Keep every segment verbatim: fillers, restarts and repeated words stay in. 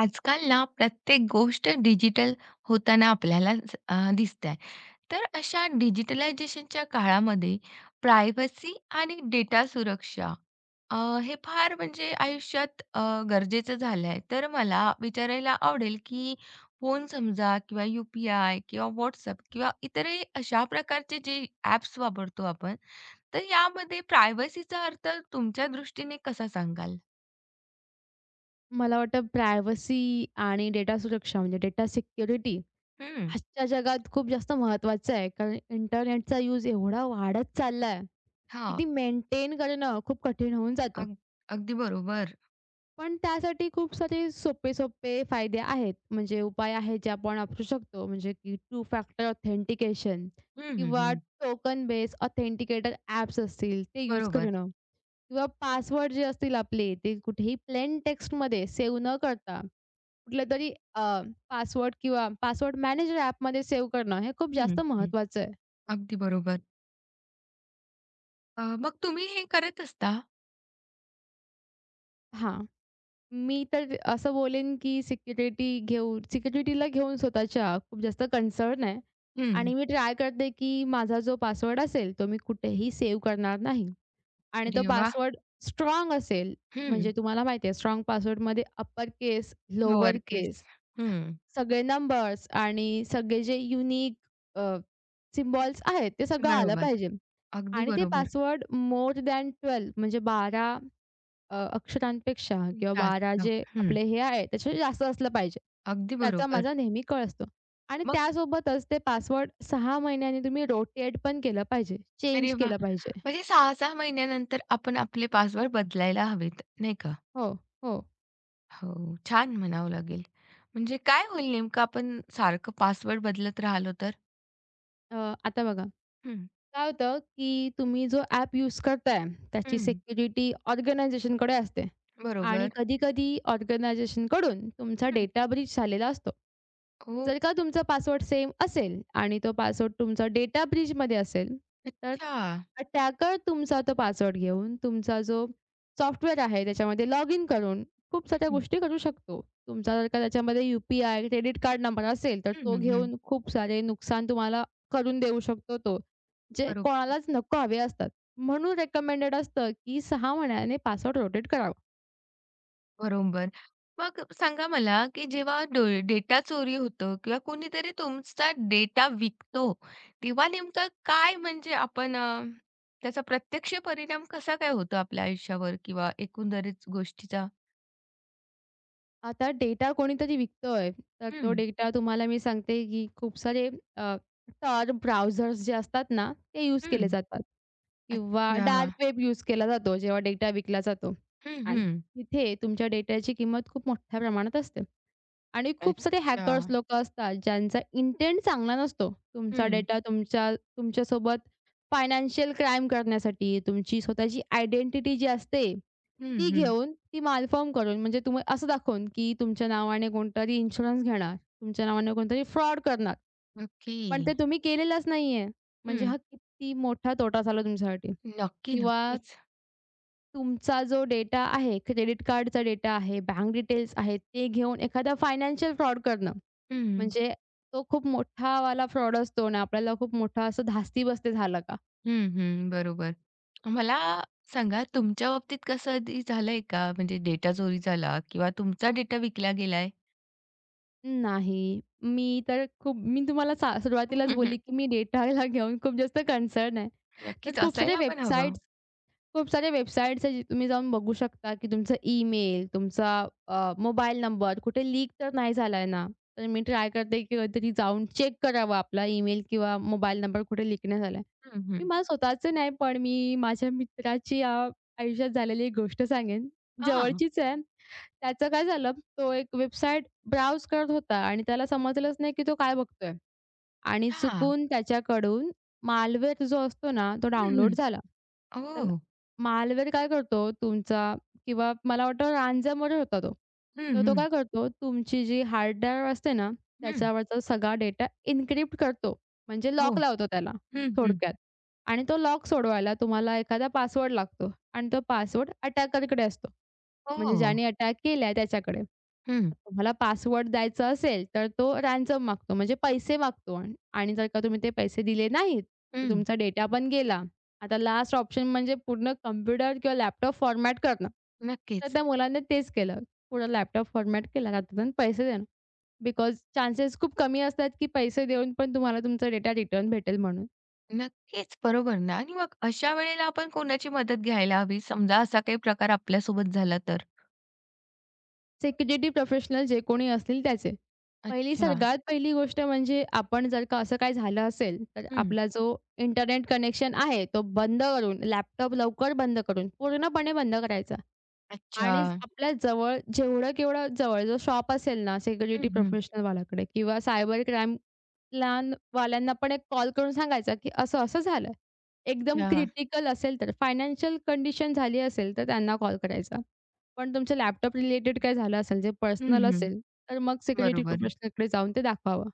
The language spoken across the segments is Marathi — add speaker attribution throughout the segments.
Speaker 1: आजकाल ना प्रत्येक गोष्ट डिजिटल होताना आपल्याला ज- अ, दिसते आहे. तर अशा डिजिटलायझेशनच्या काळामध्ये प्रायव्हसी आणि डेटा सुरक्षा, अ, हे फार म्हणजे आयुष्यात अ, गरजेचं झालं आहे. तर मला विचारायला आवडेल की फोन समजा किंवा यू पी आय किंवा व्हॉट्सअप किंवा इतरही अशा प्रकारचे जे ॲप्स वापरतो आपण, तर यामध्ये प्रायव्हसीचा अर्थ तुमच्या दृष्टीने कसा सांगाल?
Speaker 2: मला वाटतं प्रायव्हसी आणि डेटा सुरक्षा म्हणजे डेटा सिक्युरिटी
Speaker 1: हं,
Speaker 2: आजच्या जगात खूप जास्त महत्त्वाचं आहे. कारण इंटरनेटचा यूज एवढा वाढत चालला आहे, की
Speaker 1: हां.
Speaker 2: ती मेंटेन करणं खूप कठीण होऊन जातं.
Speaker 1: अग- अगदी बरोबर.
Speaker 2: पण त्यासाठी खूप सारे सोपे-सोपे फायदे आहेत. म्हणजे उपाय आहेत जे आपण वापरू शकतो. म्हणजे की टू फॅक्टर ऑथेंटिकेशन
Speaker 1: हं, हं,
Speaker 2: किंवा
Speaker 1: हं.
Speaker 2: टोकन बेस ऑथेंटिकेटर ॲप्स असतील ते यूज
Speaker 1: बरोबर.
Speaker 2: करणं किंवा पासवर्ड जे असतील आपले ते कुठेही प्लेन टेक्स्टमध्ये सेव्ह न करता कुठल्यातरी अ, पासवर्ड किंवा पासवर्ड मॅनेजर ॲपमध्ये सेव्ह करणं हे खूप जास्त
Speaker 1: हं, हं.
Speaker 2: महत्त्वाचं आहे.
Speaker 1: अगदी बरोबर. अ, मग तुम्ही हे करत असता?
Speaker 2: हां. मी तर असं बोलेन, की सिक्युरिटी घेऊन सिक्युरिटीला घेऊन स्वतःच्या खूप जास्त कन्सर्न आहे
Speaker 1: हं.
Speaker 2: आणि मी ट्राय करते, की माझा जो पासवर्ड असेल तो मी कुठेही सेव्ह करणार नाही आणि तो
Speaker 1: अरे वाह!
Speaker 2: पासवर्ड स्ट्राँग असेल.
Speaker 1: हं.
Speaker 2: म्हणजे तुम्हाला माहिती आहे स्ट्राँग पासवर्डमध्ये upper case, lower
Speaker 1: lower case.
Speaker 2: Case
Speaker 1: हं.
Speaker 2: सगळे नंबर्स आणि सगळे जे युनिक सिम्बॉल्स आहेत ते सगळं आलं
Speaker 1: बरोबर.
Speaker 2: पाहिजे.
Speaker 1: अगदी
Speaker 2: आणि ते
Speaker 1: बरोबर.
Speaker 2: पासवर्ड मोर दॅन बारा म्हणजे बारा अ, अक्षरांपेक्षा किंवा बारा
Speaker 1: जास्त.
Speaker 2: जे
Speaker 1: हं.
Speaker 2: आपले हे आहे त्याच्यापेक्षा जास्त असलं पाहिजे.
Speaker 1: अगदी
Speaker 2: त्याचा
Speaker 1: बरोबर.
Speaker 2: माझा नेहमी कळ असतो. आणि
Speaker 1: मग
Speaker 2: त्यासोबतच ते पासवर्ड सहा महिन्यांनी तुम्ही रोटेट पण केलं पाहिजे.
Speaker 1: अरे
Speaker 2: चेंज
Speaker 1: वाह!
Speaker 2: केलं पाहिजे.
Speaker 1: म्हणजे सहा सहा महिन्यानंतर आपण आपले पासवर्ड बदलायला हवेत, नाही का?
Speaker 2: हो, हो.
Speaker 1: हो, छान म्हणावं लागेल. म्हणजे काय होईल नेमकं आपण सारखं पासवर्ड बदलत राहिलो तर?
Speaker 2: अ, आता बघा
Speaker 1: हं,
Speaker 2: काय होतं, की तुम्ही जो ॲप यूज करताय, त्याची
Speaker 1: हं.
Speaker 2: सिक्युरिटी ऑर्गनायझेशनकडे असते आणि
Speaker 1: बरोबर.
Speaker 2: कधी-कधी ऑर्गनायझेशनकडून तुमचा
Speaker 1: हं.
Speaker 2: डेटा ब्रीच झालेला असतो.
Speaker 1: ओह!
Speaker 2: जर का तुमचा पासवर्ड सेम असेल आणि तो पासवर्ड तुमचा डेटा ब्रीचमध्ये असेल, तर
Speaker 1: अच्छा.
Speaker 2: अटॅकर तुमचा तो पासवर्ड घेऊन तुमचा जो सॉफ्टवेअर आहे, त्याच्यामध्ये लॉग इन करून खूप
Speaker 1: हं,
Speaker 2: साऱ्या
Speaker 1: हं.
Speaker 2: गोष्टी करू शकतो. तुमचा जर का त्याच्यामध्ये यू-पी-आय, क्रेडिट कार्ड नंबर असेल, तर
Speaker 1: हं,
Speaker 2: तो
Speaker 1: हं, हं.
Speaker 2: घेऊन खूप सारे नुकसान तुम्हाला करून देऊ शकतो तो. जे
Speaker 1: बरोबर,
Speaker 2: कोणालाच नको हवे असतात. म्हणून रेकमेंडेड असतं, की सहा महिन्याने पासवर्ड रोटेट करावा.
Speaker 1: बरोबर. मग सांगा मला, की जेव्हा डो डेटा चोरी होतं किंवा कोणीतरी तुमचा डेटा विकतो, तेव्हा नेमकं काय म्हणजे आपण अ, त्याचा प्रत्यक्ष परिणाम कसा काय होतो आपल्या आयुष्यावर किंवा एकंदरीत गोष्टीचा?
Speaker 2: आता डेटा कोणीतरी विकतोय, तर तो
Speaker 1: हं,
Speaker 2: डेटा तुम्हाला मी सांगते, की खूप सारे अ, टर ब्राउझर्स जे असतात ना, ते यूज केले
Speaker 1: हं.
Speaker 2: जातात किंवा
Speaker 1: अच्छा.
Speaker 2: डार्क वेब यूज केला जातो, जेव्हा डेटा विकला जातो
Speaker 1: हं,
Speaker 2: आणि
Speaker 1: हं.
Speaker 2: तिथे तुमच्या डेटाची किंमत खूप मोठ्या प्रमाणात असते. आणि खूप सारे
Speaker 1: अच्छा.
Speaker 2: हॅकर्स लोक असतात, ज्यांचा इंटेंट चांगला नसतो. तुमचा
Speaker 1: हं,
Speaker 2: डेटा तुमच्या तुमच्यासोबत फायनान्शियल क्राईम करण्यासाठी, तुमची स्वतःची आयडेंटिटी जी असते,
Speaker 1: हं,
Speaker 2: ती
Speaker 1: हं.
Speaker 2: घेऊन, ती मालफॉर्म करून, म्हणजे तुम्ही असं दाखवून, की तुमच्या नावाने कोणतरी इन्शुरन्स घेणार, तुमच्या नावाने कोणतरी फ्रॉड करणार,
Speaker 1: नक्की.
Speaker 2: पण ते तुम्ही केलेलंच नाहीये. म्हणजे
Speaker 1: हं.
Speaker 2: हा किती मोठा तोटा झाला तुमच्यासाठी.
Speaker 1: नक्की,
Speaker 2: किंवा
Speaker 1: नक्कीच.
Speaker 2: तुमचा जो डेटा आहे, क्रेडिट कार्डचा डेटा आहे, बँक डिटेल्स आहेत, ते घेऊन एखादा फायनान्शियल फ्रॉड करणं.
Speaker 1: हं.
Speaker 2: म्हणजे तो खूप मोठा वाला फ्रॉड असतो आणि आपल्याला खूप मोठा असं धास्ती बसते झालं का?
Speaker 1: हं, हं. बरोबर. मला सांगा तुमच्या बाबतीत कसं कधी झालंय का? म्हणजे डेटा चोरी झाला किंवा तुमचा डेटा विकला गेलाय?
Speaker 2: नाही. मी तर खूप मी तुम्हाला सा
Speaker 1: हं,
Speaker 2: सुरुवातीलाच
Speaker 1: हं,
Speaker 2: बोलली,
Speaker 1: हं.
Speaker 2: की मी डेटाला घेऊन खूप जास्त कन्सर्न आहे. तर
Speaker 1: नक्कीच
Speaker 2: खूप साऱ्या
Speaker 1: असायला पण हवं.
Speaker 2: वेबसाईट्स खूप साऱ्या वेबसाईट्स आहेत, जे तुम्ही जाऊन बघू शकता, की तुमचा ईमेल, तुमचा अ, मोबाईल नंबर कुठे लीक तर नाही झालाय ना? तर मी ट्राय करते, की कधीतरी जाऊन चेक करावा आपला ईमेल किंवा मोबाईल नंबर कुठे लीक नाही झालाय.
Speaker 1: हं,
Speaker 2: मी
Speaker 1: हं.
Speaker 2: मला स्वतःचे नाही, पण मी माझ्या मित्राची अ, आयुष्यात झालेली एक गोष्ट सांगेन.
Speaker 1: हां.
Speaker 2: जवळचीच आहे. त्याचं काय झालं, तो एक वेबसाईट ब्राउज करत होता आणि त्याला समजलंच नाही, की तो काय बघतोय. आणि
Speaker 1: हां.
Speaker 2: चुकून त्याच्याकडून मालवेअर जो असतो ना, तो
Speaker 1: हं, हं.
Speaker 2: डाउनलोड झाला. तर
Speaker 1: ओह!
Speaker 2: मालवेअर काय करतो तुमचा किंवा मला वाटतं ransomware होता तो. तर
Speaker 1: हं,
Speaker 2: तो
Speaker 1: हं.
Speaker 2: काय करतो तुमची जी हार्ड ड्राईव्ह असते ना,
Speaker 1: हं.
Speaker 2: त्याच्यावरचा सगळा डेटा एन्क्रिप्ट करतो. म्हणजे
Speaker 1: हो.
Speaker 2: लॉक लावतो त्याला
Speaker 1: हं, हं.
Speaker 2: थोडक्यात. आणि तो लॉक सोडवायला तुम्हाला एखादा पासवर्ड लागतो आणि तो पासवर्ड अटॅकरकडे असतो. म्हणजे
Speaker 1: हो.
Speaker 2: ज्याने अटॅक केलाय त्याच्याकडे.
Speaker 1: हं,
Speaker 2: तुम्हाला पासवर्ड द्यायचा असेल, तर तो रॅन्सम मागतो म्हणजे पैसे मागतो आणि आणि जर का तुम्ही ते पैसे दिले नाहीत, तर
Speaker 1: हं.
Speaker 2: तुमचा डेटा पण गेला. आता लास्ट ऑप्शन म्हणजे पूर्ण कॉम्प्युटर किंवा लॅपटॉप फॉर्मॅट करणं. तर
Speaker 1: नक्कीच.
Speaker 2: त्या मुलाने तेच केलं. पूर्ण लॅपटॉप फॉर्मॅट केला rather than पैसे देणं. बिकॉज चान्सेस खूप कमी असतात, की पैसे देऊन पण तुम्हाला तुमचा डेटा रिटर्न भेटेल म्हणून.
Speaker 1: नक्कीच. बरोबर ना, आणि मग अशा वेळेला आपण कोणाची मदत घ्यायला हवी? समजा असा काही प्रकार आपल्यासोबत झाला तर?
Speaker 2: सेक्युरिटी प्रोफेशनल जे कोणी असतील त्याचे. पहिली
Speaker 1: अच्छा.
Speaker 2: सगळ्यात पहिली गोष्ट म्हणजे आपण जर का असं काही झालं असेल, तर
Speaker 1: हं.
Speaker 2: आपला जो इंटरनेट कनेक्शन आहे तो बंद करून, लॅपटॉप लवकर बंद करून, पूर्णपणे बंद करायचा
Speaker 1: अच्छा.
Speaker 2: आणि आपल्या जवळ जेवढं केवढं जवळ जो शॉप असेल ना
Speaker 1: हं,
Speaker 2: सिक्युरिटी
Speaker 1: हं.
Speaker 2: प्रोफेशनलवाल्याकडे किंवा सायबर क्राईम लहान वाल्यांना पण एक कॉल करून सांगायचा, की असं-असं झालं. एकदम
Speaker 1: अच्छा.
Speaker 2: क्रिटिकल असेल तर फायनान्शियल कंडिशन झाली असेल, तर त्यांना कॉल करायचा. पण तुमच्या लॅपटॉप रिलेटेड काय झालं असेल, जे
Speaker 1: हं,
Speaker 2: पर्सनल
Speaker 1: हं.
Speaker 2: असेल, तर मग सिक्युरिटी
Speaker 1: बरोबर.
Speaker 2: प्रोफेशनलकडे जाऊन ते दाखवावं.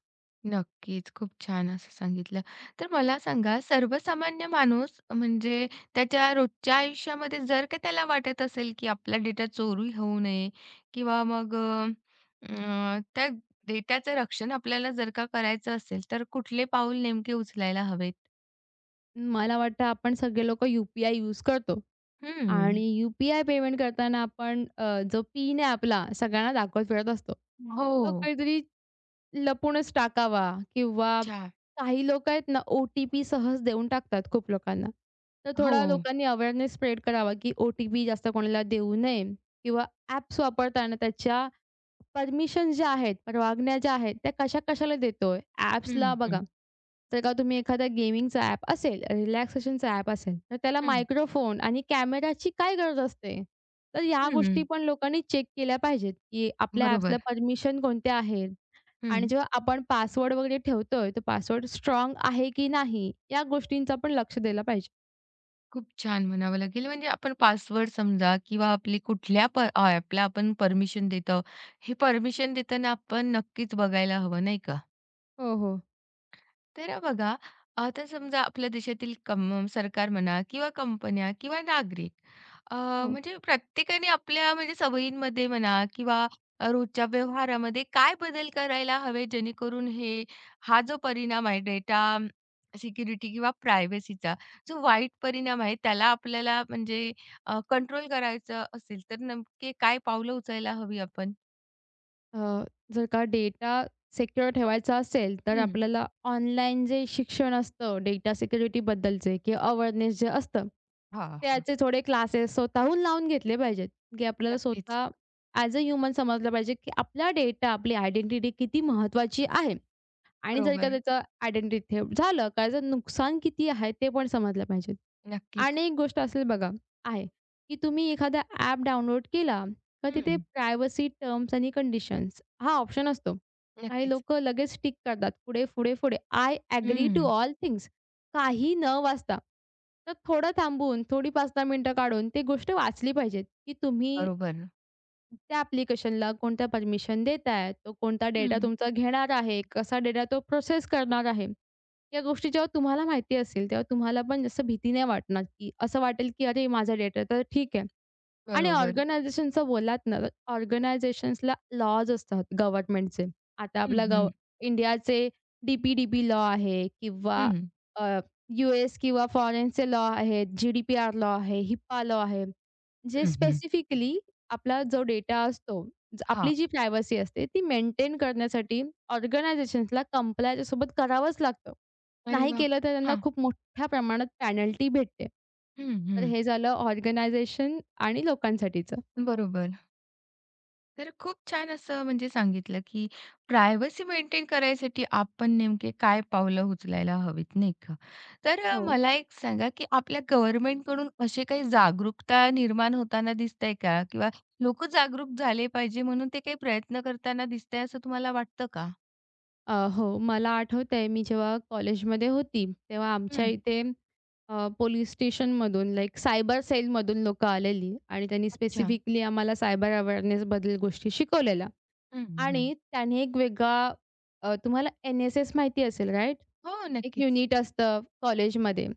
Speaker 1: नक्कीच. खूप छान असं सांगितलं. तर मला सांगा, सर्वसामान्य माणूस म्हणजे त्याच्या रोजच्या आयुष्यामध्ये जर का त्याला वाटत असेल, की आपला डेटा चोरी होऊ नये किंवा मग अ, अ, त्या डेटाचं रक्षण आपल्याला जर का करायचं असेल, तर कुठले पाऊल नेमके उचलायला हवेत?
Speaker 2: मला वाटतं आपण सगळे लोकं यू-पी-आय यूज करतो
Speaker 1: हं.
Speaker 2: आणि यू-पी-आय पेमेंट करताना आपण अ, जो पिन आहे आपला सगळ्यांना दाखवत फिरत असतो. तो
Speaker 1: हो.
Speaker 2: काहीतरी लपूनच टाकावा किंवा
Speaker 1: अच्छा.
Speaker 2: काही लोकं आहेत ना, ओ-टी-पी सहज देऊन टाकतात खूप लोकांना. तर
Speaker 1: हो.
Speaker 2: थोडा लोकांनी अवेअरनेस स्प्रेड करावा, की ओ-टी-पी जास्त कोणाला देऊ नये किंवा ॲप्स वापरताना त्याच्या परमिशन्स ज्या आहेत, परवानग्या ज्या आहेत, त्या कशा-कशाला देतोय?
Speaker 1: हं,
Speaker 2: ॲप्सला
Speaker 1: हं.
Speaker 2: बघा, जर का तुम्ही एखादा गेमिंगचा ॲप असेल, रिलॅक्सेशनचा ॲप असेल, तर त्याला
Speaker 1: हं.
Speaker 2: मायक्रोफोन आणि कॅमेराची काय गरज असते? तर ह्या
Speaker 1: हं.
Speaker 2: गोष्टी पण लोकांनी चेक केल्या पाहिजेत, की आपल्या ॲप्सला
Speaker 1: बरोबर.
Speaker 2: परमिशन कोणत्या आहेत? आणि
Speaker 1: हं.
Speaker 2: जेव्हा आपण पासवर्ड वगैरे ठेवतोय, तो पासवर्ड स्ट्राँग आहे की नाही? या गोष्टींचा पण लक्ष दिलं पाहिजे.
Speaker 1: खूप छान म्हणावं लागेल. म्हणजे आपण पासवर्ड समजा किंवा आपली कुठल्या प ॲपला आपण परमिशन देतो, हे परमिशन देताना आपण नक्कीच बघायला हवं, नाही का?
Speaker 2: हो, हो.
Speaker 1: तर बघा, आता समजा आपल्या देशातील कम सरकार म्हणा किंवा कंपन्या किंवा नागरिक अ,
Speaker 2: हो.
Speaker 1: म्हणजे प्रत्येकाने आपल्या म्हणजे सवयींमध्ये म्हणा किंवा रोजच्या व्यवहारामध्ये काय बदल करायला हवे, जेणेकरून हे हा जो परिणाम आहे डेटा सिक्युरिटी किंवा प्रायव्हसीचा, जो वाईट परिणाम आहे त्याला आपल्याला म्हणजे अ, कंट्रोल करायचं असेल तर नक्की काय पावलं उचलायला हवी आपण?
Speaker 2: अ, जर का डेटा सिक्युअर ठेवायचा असेल, तर
Speaker 1: हं.
Speaker 2: आपल्याला ऑनलाईन जे शिक्षण असतं डेटा सिक्युरिटीबद्दलचे किंवा अवेअरनेस जे असतं,
Speaker 1: हां, हां.
Speaker 2: त्याचे थोडे क्लासेस स्वतःहून लावून घेतले पाहिजेत, की आपल्याला
Speaker 1: नक्कीच.
Speaker 2: स्वतः ॲज अ ह्युमन समजलं पाहिजे, की आपला डेटा, आपली आयडेंटिटी किती महत्त्वाची आहे. आणि जर का
Speaker 1: बरोबर.
Speaker 2: त्याचं आयडेंटिटी थेफ्ट झालं, त्याचं नुकसान किती आहे ते पण समजलं पाहिजे.
Speaker 1: नक्कीच.
Speaker 2: आणि एक गोष्ट असेल बघा आहे, की तुम्ही एखादा ॲप डाउनलोड केला, तर तिथे
Speaker 1: हं.
Speaker 2: प्रायव्हसी टर्म्स आणि कंडिशन्स हा ऑप्शन असतो. काही
Speaker 1: नक्कीच.
Speaker 2: लोकं लगेच टिक करतात पुढे, पुढे, पुढे. आय एग्री टू
Speaker 1: हं,
Speaker 2: ऑल थिंग्स काही न वाचता. तर थोडं थांबून, थोडी पाच ते दहा मिनिटं काढून ती गोष्ट वाचली पाहिजे, की तुम्ही
Speaker 1: बरोबर.
Speaker 2: त्या ॲप्लिकेशनला कोणत्या परमिशन देताय? तो कोणता डेटा
Speaker 1: हं,
Speaker 2: तुमचा घेणार आहे? कसा डेटा तो प्रोसेस करणार आहे? या गोष्टी जेव्हा तुम्हाला माहिती असेल, तेव्हा तुम्हाला पण जास्त भीती नाही वाटणार, की असं वाटेल, की "अरे, माझा डेटा तर ठीक आहे." आणि
Speaker 1: बरोबर.
Speaker 2: ऑर्गनायझेशनचं बोललात ना, तर ऑर्गनायझेशन्सला लॉज असतात गव्हर्नमेंटचे. आता
Speaker 1: हं,
Speaker 2: आपला गव्ह
Speaker 1: हं.
Speaker 2: इंडियाचे डी-पी-डी-पी लॉ आहे किंवा
Speaker 1: हं,
Speaker 2: अ, यू-एस किंवा फॉरेनचे लॉ आहेत, जी-डी-पी-आर लॉ आहे, हिप्पा लॉ आहे. जे
Speaker 1: हं, हं.
Speaker 2: स्पेसिफिकली आपला जो डेटा असतो, ज
Speaker 1: हां.
Speaker 2: आपली जी प्रायव्हसी असते ती मेंटेन करण्यासाठी ऑर्गनायझेशन्सला कंप्लायच्या सोबत करावंच लागतं.
Speaker 1: अरे
Speaker 2: नाही
Speaker 1: वाह!
Speaker 2: केलं तर त्यांना
Speaker 1: हां.
Speaker 2: खूप मोठ्या प्रमाणात पेनल्टी भेटते.
Speaker 1: हं,
Speaker 2: तर
Speaker 1: हं.
Speaker 2: हे झालं ऑर्गनायझेशन आणि लोकांसाठीचं.
Speaker 1: बरोबर. तर खूप छान असं म्हणजे सांगितलं, की प्रायव्हसी मेंटेन करायसाठी आपण नेमके काय पावलं उचलायला हवीत, नाही का? तर अ,
Speaker 2: हो.
Speaker 1: मला एक सांगा, की आपल्या गव्हर्नमेंटकडून अशी काही जागरूकता निर्माण होताना दिसतंय का? किंवा लोकं जागरूक झाले पाहिजे म्हणून ते काही प्रयत्न करताना दिसतंय असं तुम्हाला वाटतं का?
Speaker 2: अ, हो, मला आठवतंय मी जेव्हा कॉलेजमध्ये होती, तेव्हा आमच्या
Speaker 1: हं.
Speaker 2: इथे अ, पोलीस स्टेशनमधून लाइक सायबर सेलमधून लोकं आलेली आणि त्यांनी
Speaker 1: अच्छा.
Speaker 2: स्पेसिफिकली आम्हाला सायबर अवेअरनेसबद्दल गोष्टी शिकवलेल्या.
Speaker 1: हं, हं.
Speaker 2: आणि त्याने एक वेगळा अ, तुम्हाला एन-एस-एस माहिती असेल राइट?
Speaker 1: हो,
Speaker 2: एक
Speaker 1: नक्कीच.
Speaker 2: युनिट असतं कॉलेजमध्ये.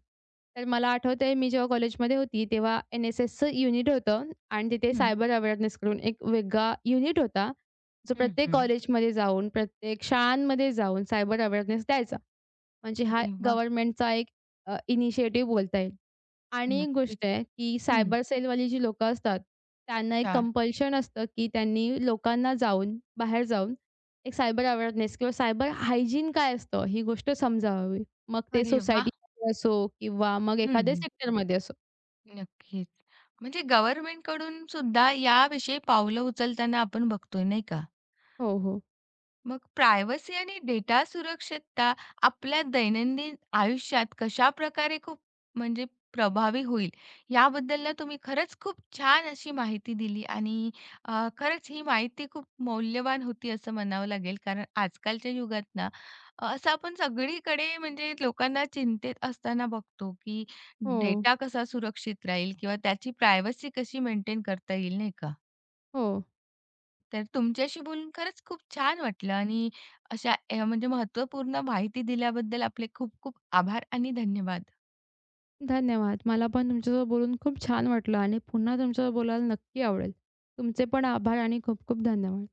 Speaker 2: तर मला आठवतंय मी जेव्हा कॉलेजमध्ये होती तेव्हा एन-एस-एसचं युनिट होतं आणि तिथे सायबर अवेअरनेस करून एक वेगळा युनिट होता. जो
Speaker 1: हं,
Speaker 2: प्रत्येक
Speaker 1: हं.
Speaker 2: कॉलेजमध्ये जाऊन, प्रत्येक शाळांमध्ये जाऊन सायबर अवेअरनेस द्यायचा. म्हणजे हा
Speaker 1: अरे वाह!
Speaker 2: गव्हर्नमेंटचा एक अ, इनिशिएटिव्ह बोलता येईल. आणि एक
Speaker 1: नक्कीच.
Speaker 2: गोष्ट आहे, की
Speaker 1: हं.
Speaker 2: सायबर सेलवाली जी लोकं असतात, त्यांना एक
Speaker 1: अच्छा.
Speaker 2: कंपल्शन असतं, की त्यांनी लोकांना जाऊन बाहेर जाऊन एक सायबर अवेअरनेस किंवा सायबर हायजीन काय असतं, ही गोष्ट समजावावी. मग ते
Speaker 1: अरे वाह!
Speaker 2: सोसायटीमध्ये असो किंवा मग
Speaker 1: हं,
Speaker 2: एखाद्या
Speaker 1: हं.
Speaker 2: सेक्टरमध्ये असो.
Speaker 1: नक्कीच. म्हणजे गव्हर्नमेंटकडून सुद्धा याविषयी पावलं उचलताना आपण बघतोय, नाही का?
Speaker 2: हो, हो.
Speaker 1: मग प्रायव्हसी आणि डेटा सुरक्षितता आपल्या दैनंदिन आयुष्यात कशा प्रकारे खूप म्हणजे प्रभावी होईल, याबद्दल ना तुम्ही खरंच खूप छान अशी माहिती दिली. आणि अ, खरंच ही माहिती खूप मौल्यवान होती असं म्हणावं लागेल. कारण आजकालच्या युगात ना, अ, असं आपण सगळीकडे म्हणजे लोकांना चिंतेत असताना बघतो, की
Speaker 2: हो,
Speaker 1: डेटा कसा सुरक्षित राहील किंवा त्याची प्रायव्हसी कशी मेंटेन करता येईल, नाही का?
Speaker 2: हो.
Speaker 1: तर तुमच्याशी बोलून खरंच खूप छान वाटलं आणि अशा अ, म्हणजे महत्त्वपूर्ण माहिती दिल्याबद्दल आपले खूप खूप आभार आणि धन्यवाद.
Speaker 2: धन्यवाद. मला पण तुमच्यासोबत बोलून खूप छान वाटलं आणि पुन्हा तुमच्यासोबत बोलायला नक्की आवडेल. तुमचे पण आभार आणि खूप खूप धन्यवाद.